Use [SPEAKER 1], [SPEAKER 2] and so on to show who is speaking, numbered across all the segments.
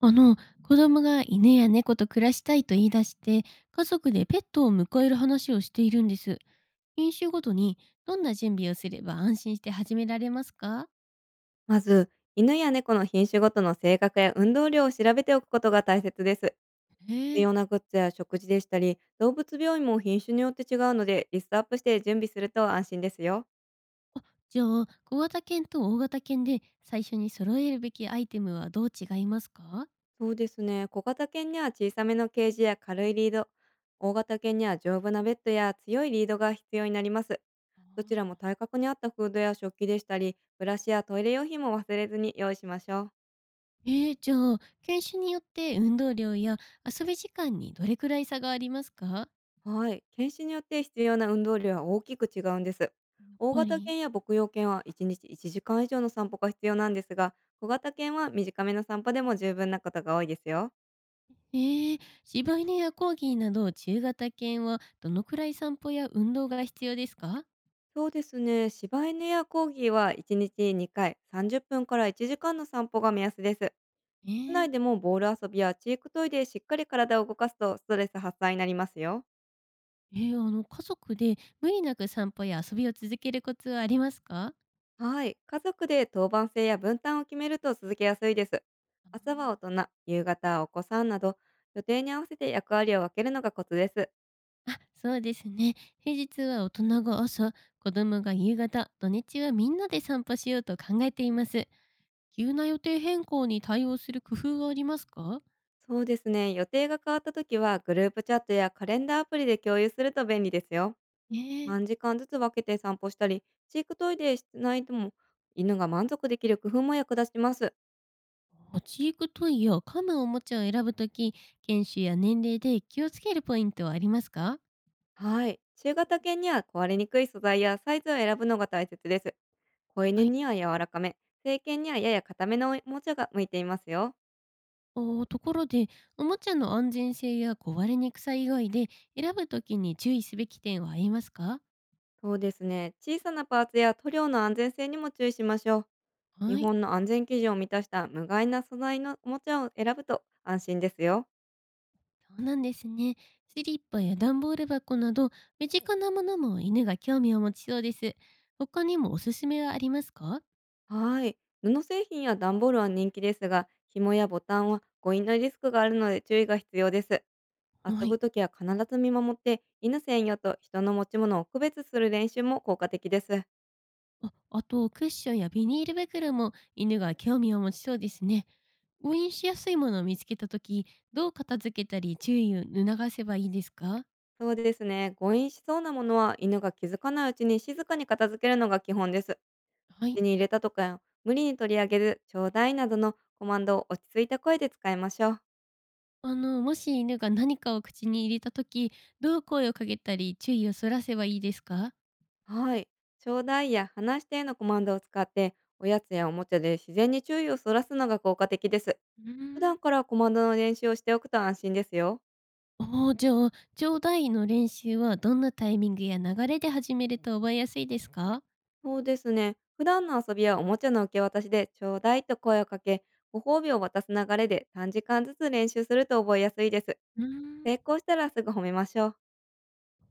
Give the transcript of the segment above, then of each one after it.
[SPEAKER 1] あの、子供が犬や猫と暮らしたいと言い出して、家族でペットを迎える話をしているんです。飲酒ごとに、どんな準備をすれば安心して始められますか？
[SPEAKER 2] まず、犬や猫の品種ごとの性格や運動量を調べておくことが大切です。
[SPEAKER 1] へ
[SPEAKER 2] 必
[SPEAKER 1] え。
[SPEAKER 2] 要なグッズや食事でしたり、動物病院も品種によって違うので、リストアップして準備すると安心ですよ。
[SPEAKER 1] あ、じゃあ、小型犬と大型犬で最初に揃えるべきアイテムはどう違いますか？
[SPEAKER 2] そうですね、小型犬には小さめのケージや軽いリード、大型犬には丈夫なベッドや強いリードが必要になります。
[SPEAKER 1] あ
[SPEAKER 2] どちらも体
[SPEAKER 1] あ。
[SPEAKER 2] 格に合ったフードや食器でしたり、ブラシやトイレ用品も忘れずに用意しましょう。
[SPEAKER 1] じゃあ、犬種によって運動量や遊び時間にどれくらい差がありますか？やっ
[SPEAKER 2] はい。犬種によって必要な運動量は大きく違うんです。大
[SPEAKER 1] ぱ
[SPEAKER 2] 型
[SPEAKER 1] り。
[SPEAKER 2] 犬や牧羊犬は1日1時間以上の散歩が必要なんですが、小型犬は短めの散歩でも十分なことが多いですよ。
[SPEAKER 1] ええ、柴犬やコーギーなど中型犬はどのくらい散歩や運動が必要ですか？
[SPEAKER 2] そうですね。柴犬やコーギーは1日2回、30分から1時間の散歩が目安です。
[SPEAKER 1] え
[SPEAKER 2] 室
[SPEAKER 1] ー。
[SPEAKER 2] 内でもボール遊びやチークトイでしっかり体を動かすとストレス発散になりますよ。
[SPEAKER 1] ええ、あの、家族で無理なく散歩や遊びを続けるコツはありますか？
[SPEAKER 2] はい。家族で当番制や分担を決めると続けやすいです。
[SPEAKER 1] あ
[SPEAKER 2] 朝は大人、夕方はお子さんなど、予定に合わせて役割を分けるのがコツです。
[SPEAKER 1] ー。あ、そうですね。平日は大人が朝、子供が夕方、土日はみんなで散歩しようと考えています。急な予定変更に対応する工夫はありますか？
[SPEAKER 2] そうですね。予定が変わった時は、グループチャットやカレンダーアプリで共有すると便利ですよ。
[SPEAKER 1] えー。
[SPEAKER 2] 3時間ずつ分けて散歩したり、飼育トイレしないとも、犬が満足できる工夫も役立ちます。
[SPEAKER 1] おち行くトイや噛むおもちゃを選ぶとき、犬種や年齢で気をつけるポイントはありますか？
[SPEAKER 2] はい。中型犬には壊れにくい素材やサイズを選ぶのが大切です。子犬
[SPEAKER 1] はい。
[SPEAKER 2] には柔らかめ、成犬にはやや硬めのおもちゃが向いていますよ。
[SPEAKER 1] おところで、おもちゃの安全性や壊れにくさ以外で選ぶときに注意すべき点はありますか？
[SPEAKER 2] そうですね。小さなパーツや塗料の安全性にも注意しましょう。日
[SPEAKER 1] はい。
[SPEAKER 2] 本の安全基準を満たした無害な素材のおもちゃを選ぶと安心ですよ。
[SPEAKER 1] そうなんですね。スリッパや段ボール箱など、身近なものも犬が興味を持ちそうです。他にもおすすめはありますか？
[SPEAKER 2] はい。布製品や段ボールは人気ですが、紐やボタンは誤飲のリスクがあるので注意が必要です。
[SPEAKER 1] は
[SPEAKER 2] 遊
[SPEAKER 1] い。
[SPEAKER 2] ぶときは必ず見守って、犬専用と人の持ち物を区別する練習も効果的です。
[SPEAKER 1] あ、あと、クッションやビニール袋も犬が興味を持ちそうですね。誤飲しやすいものを見つけたとき、どう片付けたり注意を促せばいいですか？
[SPEAKER 2] そうですね。誤飲しそうなものは犬が気づかないうちに静かに片付けるのが基本です。
[SPEAKER 1] はい。
[SPEAKER 2] 口に入れたとか、無理に取り上げず、ちょうだいなどのコマンドを落ち着いた声で使いましょう。
[SPEAKER 1] あの、もし犬が何かを口に入れた時、どう声をかけたり注意をそらせばいいですか？
[SPEAKER 2] はい。ちょうだいや話してのコマンドを使って、おやつやおもちゃで自然に注意をそらすのが効果的です。
[SPEAKER 1] う
[SPEAKER 2] 普
[SPEAKER 1] ーん。
[SPEAKER 2] 段からコマンドの練習をしておくと安心ですよ。
[SPEAKER 1] おおー、じゃあ、ちょうだいの練習はどんなタイミングや流れで始めると覚えやすいですか？
[SPEAKER 2] そうですね。普段の遊びやおもちゃの受け渡しで、ちょうだいと声をかけ、ご褒美を渡す流れで短時間ずつ練習すると覚えやすいです。
[SPEAKER 1] うー
[SPEAKER 2] 成
[SPEAKER 1] ん。
[SPEAKER 2] 功したらすぐ褒めましょう。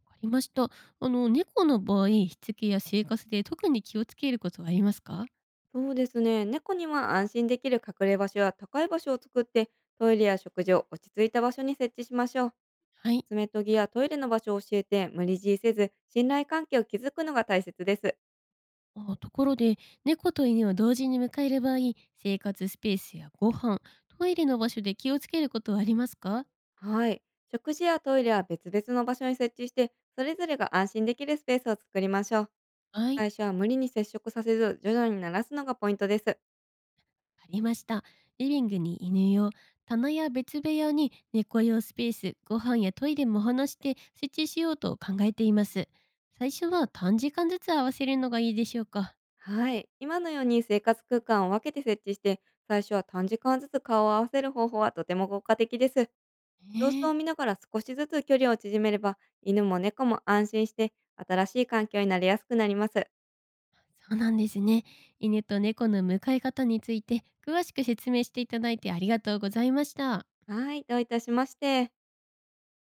[SPEAKER 1] わかりました。あの、猫の場合、しつけや生活で特に気をつけることはありますか？
[SPEAKER 2] そうですね。猫には安心できる隠れ場所や高い場所を作って、トイレや食事を落ち着いた場所に設置しましょう。
[SPEAKER 1] はい。
[SPEAKER 2] 爪研ぎやトイレの場所を教えて、無理強いせず、信頼関係を築くのが大切です。
[SPEAKER 1] あ、ところで、猫と犬を同時に迎える場合、生活スペースやご飯、トイレの場所で気をつけることはありますか？
[SPEAKER 2] はい。食事やトイレは別々の場所に設置して、それぞれが安心できるスペースを作りましょう。
[SPEAKER 1] はい。
[SPEAKER 2] 最初は無理に接触させず、徐々に慣らすのがポイントです。
[SPEAKER 1] ありました。リビングに犬用、棚や別部屋に猫用スペース、ご飯やトイレも話して設置しようと考えています。最初は短時間ずつ合わせるのがいいでしょうか。
[SPEAKER 2] はい。今のように生活空間を分けて設置して、最初は短時間ずつ顔を合わせる方法はとても効果的です。
[SPEAKER 1] え
[SPEAKER 2] 様子を
[SPEAKER 1] え。
[SPEAKER 2] 見ながら少しずつ距離を縮めれば、犬も猫も安心して、新しい環境になりやすくなります。
[SPEAKER 1] そうなんですね。犬と猫の向かい方について詳しく説明していただいてありがとうございました。
[SPEAKER 2] はい。どういたしまして。